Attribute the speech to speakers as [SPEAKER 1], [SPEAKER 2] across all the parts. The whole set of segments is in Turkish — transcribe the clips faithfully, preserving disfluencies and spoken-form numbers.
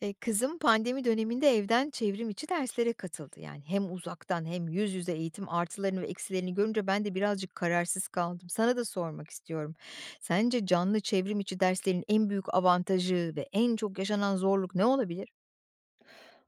[SPEAKER 1] Eee, kızım pandemi döneminde evden çevrim içi derslere katıldı. Yani hem uzaktan hem yüz yüze eğitim artılarını ve eksilerini görünce ben de birazcık kararsız kaldım. Sana da sormak istiyorum. Sence canlı çevrim içi derslerin en büyük avantajı ve en çok yaşanan zorluk ne olabilir?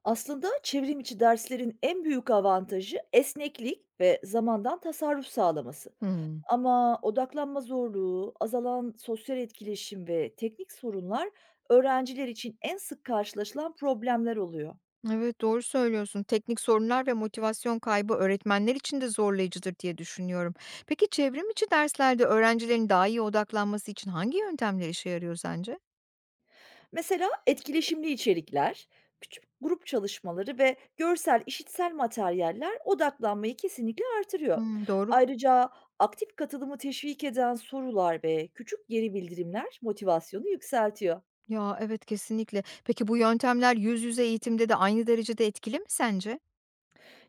[SPEAKER 2] Aslında çevrim içi derslerin en büyük avantajı esneklik ve zamandan tasarruf sağlaması.
[SPEAKER 1] Hmm.
[SPEAKER 2] Ama odaklanma zorluğu, azalan sosyal etkileşim ve teknik sorunlar öğrenciler için en sık karşılaşılan problemler oluyor.
[SPEAKER 1] Evet, doğru söylüyorsun. Teknik sorunlar ve motivasyon kaybı öğretmenler için de zorlayıcıdır diye düşünüyorum. Peki çevrim içi derslerde öğrencilerin daha iyi odaklanması için hangi yöntemler işe yarıyor sence?
[SPEAKER 2] Mesela etkileşimli içerikler, küçük grup çalışmaları ve görsel işitsel materyaller odaklanmayı kesinlikle artırıyor.
[SPEAKER 1] Hmm, doğru.
[SPEAKER 2] Ayrıca aktif katılımı teşvik eden sorular ve küçük geri bildirimler motivasyonu yükseltiyor.
[SPEAKER 1] Ya, evet, kesinlikle. Peki bu yöntemler yüz yüze eğitimde de aynı derecede etkili mi sence?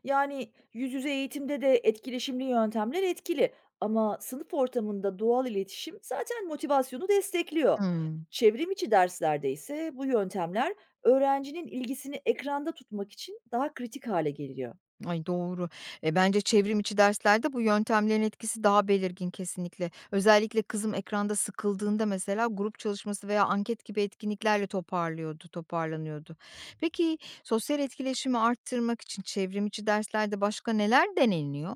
[SPEAKER 2] Yani, yüz yüze eğitimde de etkileşimli yöntemler etkili ama sınıf ortamında doğal iletişim zaten motivasyonu destekliyor.
[SPEAKER 1] Hımm.
[SPEAKER 2] Çevrim içi derslerde ise bu yöntemler öğrencinin ilgisini ekranda tutmak için daha kritik hale geliyor.
[SPEAKER 1] Ay, doğru. E, bence çevrim içi derslerde bu yöntemlerin etkisi daha belirgin kesinlikle. Özellikle kızım ekranda sıkıldığında mesela grup çalışması veya anket gibi etkinliklerle toparlıyordu, toparlanıyordu. Peki sosyal etkileşimi arttırmak için çevrim içi derslerde başka neler deneniyor?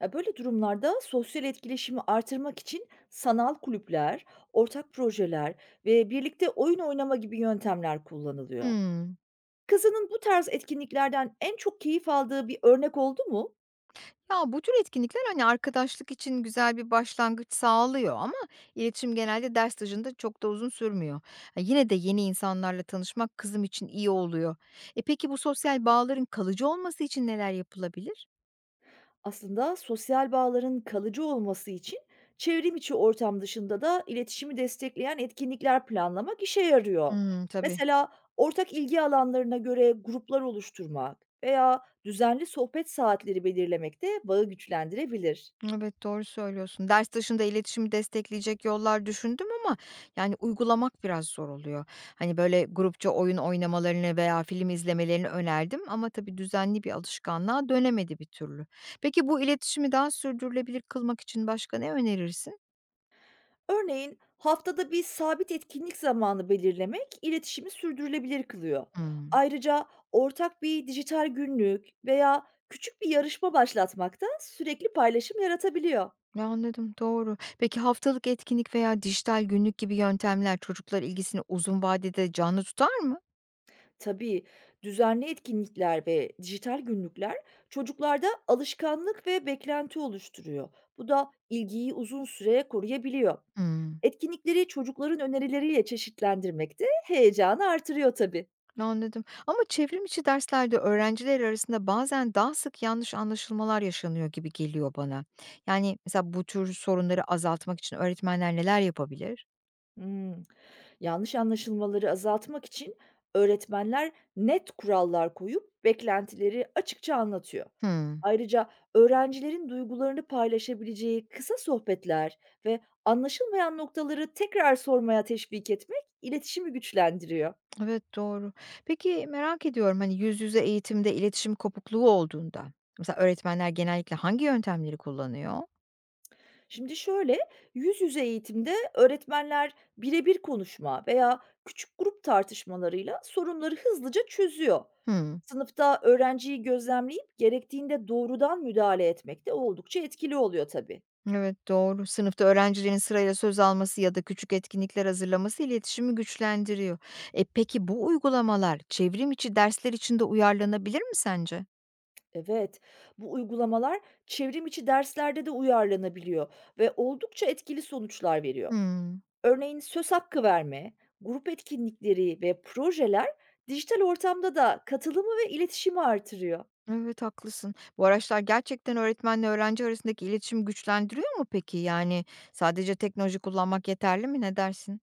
[SPEAKER 2] Ya, böyle durumlarda sosyal etkileşimi artırmak için sanal kulüpler, ortak projeler ve birlikte oyun oynama gibi yöntemler kullanılıyor.
[SPEAKER 1] Hımm.
[SPEAKER 2] Kızının bu tarz etkinliklerden en çok keyif aldığı bir örnek oldu mu?
[SPEAKER 1] Ya, bu tür etkinlikler, hani, arkadaşlık için güzel bir başlangıç sağlıyor ama iletişim genelde ders dışında çok da uzun sürmüyor. Ha, yine de yeni insanlarla tanışmak kızım için iyi oluyor. E, peki bu sosyal bağların kalıcı olması için neler yapılabilir?
[SPEAKER 2] Aslında sosyal bağların kalıcı olması için çevrim içi ortam dışında da iletişimi destekleyen etkinlikler planlamak işe yarıyor.
[SPEAKER 1] Hımm, tabii.
[SPEAKER 2] Mesela ortak ilgi alanlarına göre gruplar oluşturmak veya düzenli sohbet saatleri belirlemek de bağı güçlendirebilir.
[SPEAKER 1] Evet, doğru söylüyorsun. Ders dışında iletişimi destekleyecek yollar düşündüm ama yani uygulamak biraz zor oluyor. Hani böyle grupça oyun oynamalarını veya film izlemelerini önerdim ama tabii düzenli bir alışkanlığa dönemedi bir türlü. Peki bu iletişimi daha sürdürülebilir kılmak için başka ne önerirsin?
[SPEAKER 2] Örneğin haftada bir sabit etkinlik zamanı belirlemek iletişimi sürdürülebilir kılıyor.
[SPEAKER 1] Hmm,
[SPEAKER 2] Ayrıca ortak bir dijital günlük veya küçük bir yarışma başlatmak da sürekli paylaşım yaratabiliyor.
[SPEAKER 1] ya, anladım, doğru. Peki haftalık etkinlik veya dijital günlük gibi yöntemler çocuklar ilgisini uzun vadede canlı tutar mı?
[SPEAKER 2] Tabii, düzenli etkinlikler ve dijital günlükler çocuklarda alışkanlık ve beklenti oluşturuyor. Bu da ilgiyi uzun süre koruyabiliyor.
[SPEAKER 1] Hmm.
[SPEAKER 2] Etkinlikleri çocukların önerileriyle çeşitlendirmek de heyecanı artırıyor tabii.
[SPEAKER 1] Anladım ama çevrim içi derslerde öğrenciler arasında bazen daha sık yanlış anlaşılmalar yaşanıyor gibi geliyor bana. Yani mesela bu tür sorunları azaltmak için öğretmenler neler yapabilir?
[SPEAKER 2] Hımm. Yanlış anlaşılmaları azaltmak için öğretmenler net kurallar koyup beklentileri açıkça anlatıyor.
[SPEAKER 1] Hımm.
[SPEAKER 2] Ayrıca öğrencilerin duygularını paylaşabileceği kısa sohbetler ve anlaşılmayan noktaları tekrar sormaya teşvik etmek iletişimi güçlendiriyor.
[SPEAKER 1] Evet, doğru. Peki merak ediyorum, hani, yüz yüze eğitimde iletişim kopukluğu olduğunda mesela öğretmenler genellikle hangi yöntemleri kullanıyor?
[SPEAKER 2] Şimdi şöyle, yüz yüze eğitimde öğretmenler birebir konuşma veya küçük grup tartışmalarıyla sorunları hızlıca çözüyor.
[SPEAKER 1] Hımm.
[SPEAKER 2] Sınıfta öğrenciyi gözlemleyip gerektiğinde doğrudan müdahale etmek de oldukça etkili oluyor tabii.
[SPEAKER 1] Evet, doğru. Sınıfta öğrencilerin sırayla söz alması ya da küçük etkinlikler hazırlaması iletişimi güçlendiriyor. E peki bu uygulamalar çevrim içi dersler için de uyarlanabilir mi sence?
[SPEAKER 2] Evet, bu uygulamalar çevrim içi derslerde de uyarlanabiliyor ve oldukça etkili sonuçlar veriyor.
[SPEAKER 1] Hımm.
[SPEAKER 2] Örneğin söz hakkı verme, grup etkinlikleri ve projeler dijital ortamda da katılımı ve iletişimi artırıyor.
[SPEAKER 1] Evet, haklısın. Bu araçlar gerçekten öğretmenle öğrenci arasındaki iletişimi güçlendiriyor mu peki? Yani sadece teknoloji kullanmak yeterli mi? Ne dersin?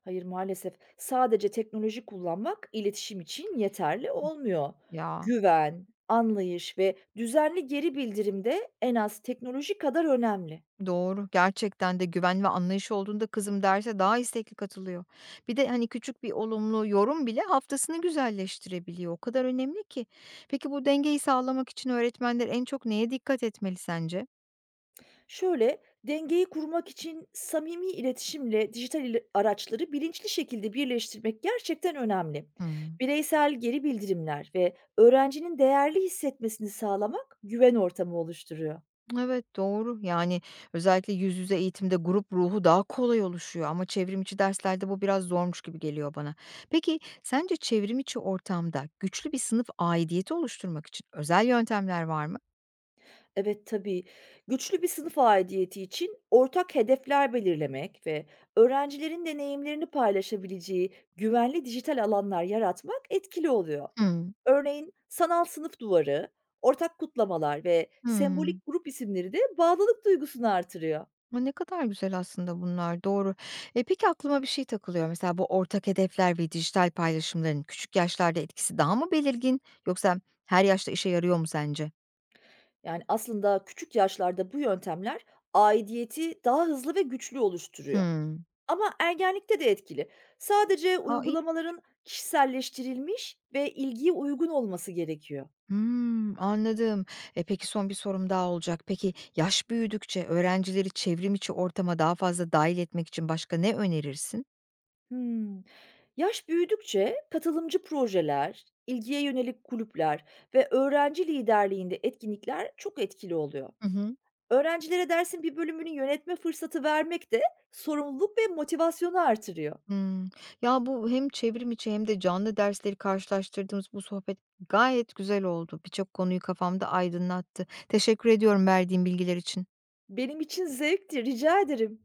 [SPEAKER 2] Hayır, maalesef. Sadece teknoloji kullanmak iletişim için yeterli olmuyor.
[SPEAKER 1] Ya.
[SPEAKER 2] Güven, anlayış ve düzenli geri bildirim de en az teknoloji kadar önemli.
[SPEAKER 1] Doğru. Gerçekten de güven ve anlayış olduğunda kızım derse daha istekli katılıyor. Bir de hani küçük bir olumlu yorum bile haftasını güzelleştirebiliyor. O kadar önemli ki. Peki bu dengeyi sağlamak için öğretmenler en çok neye dikkat etmeli sence?
[SPEAKER 2] Şöyle, dengeyi kurmak için samimi iletişimle dijital ile- araçları bilinçli şekilde birleştirmek gerçekten önemli.
[SPEAKER 1] Hmm.
[SPEAKER 2] Bireysel geri bildirimler ve öğrencinin değerli hissetmesini sağlamak güven ortamı oluşturuyor.
[SPEAKER 1] Evet, doğru. Yani özellikle yüz yüze eğitimde grup ruhu daha kolay oluşuyor ama çevrim içi derslerde bu biraz zormuş gibi geliyor bana. Peki sence çevrim içi ortamda güçlü bir sınıf aidiyeti oluşturmak için özel yöntemler var mı?
[SPEAKER 2] Evet, tabii. Güçlü bir sınıf aidiyeti için ortak hedefler belirlemek ve öğrencilerin deneyimlerini paylaşabileceği güvenli dijital alanlar yaratmak etkili oluyor.
[SPEAKER 1] Hmm.
[SPEAKER 2] Örneğin sanal sınıf duvarı, ortak kutlamalar ve
[SPEAKER 1] Hmm.
[SPEAKER 2] sembolik grup isimleri de bağlılık duygusunu artırıyor.
[SPEAKER 1] A, ne kadar güzel aslında bunlar, doğru. Eee, peki aklıma bir şey takılıyor. Mesela bu ortak hedefler ve dijital paylaşımların küçük yaşlarda etkisi daha mı belirgin yoksa her yaşta işe yarıyor mu sence?
[SPEAKER 2] Yani aslında küçük yaşlarda bu yöntemler aidiyeti daha hızlı ve güçlü oluşturuyor.
[SPEAKER 1] Hımm.
[SPEAKER 2] Ama ergenlikte de etkili. Sadece
[SPEAKER 1] Ha, iyi.
[SPEAKER 2] uygulamaların kişiselleştirilmiş ve ilgiye uygun olması gerekiyor.
[SPEAKER 1] Hımm, anladım. E, peki son bir sorum daha olacak. Peki yaş büyüdükçe öğrencileri çevrimiçi ortama daha fazla dahil etmek için başka ne önerirsin?
[SPEAKER 2] Hmm, Yaş büyüdükçe katılımcı projeler, ilgiye yönelik kulüpler ve öğrenci liderliğinde etkinlikler çok etkili oluyor.
[SPEAKER 1] Hı hı.
[SPEAKER 2] Öğrencilere dersin bir bölümünü yönetme fırsatı vermek de sorumluluk ve motivasyonu artırıyor.
[SPEAKER 1] Hmm. Ya, bu hem çevrim içi hem de canlı dersleri karşılaştırdığımız bu sohbet gayet güzel oldu. Birçok konuyu kafamda aydınlattı. Teşekkür ediyorum verdiğin bilgiler için.
[SPEAKER 2] Benim için zevkti, rica ederim.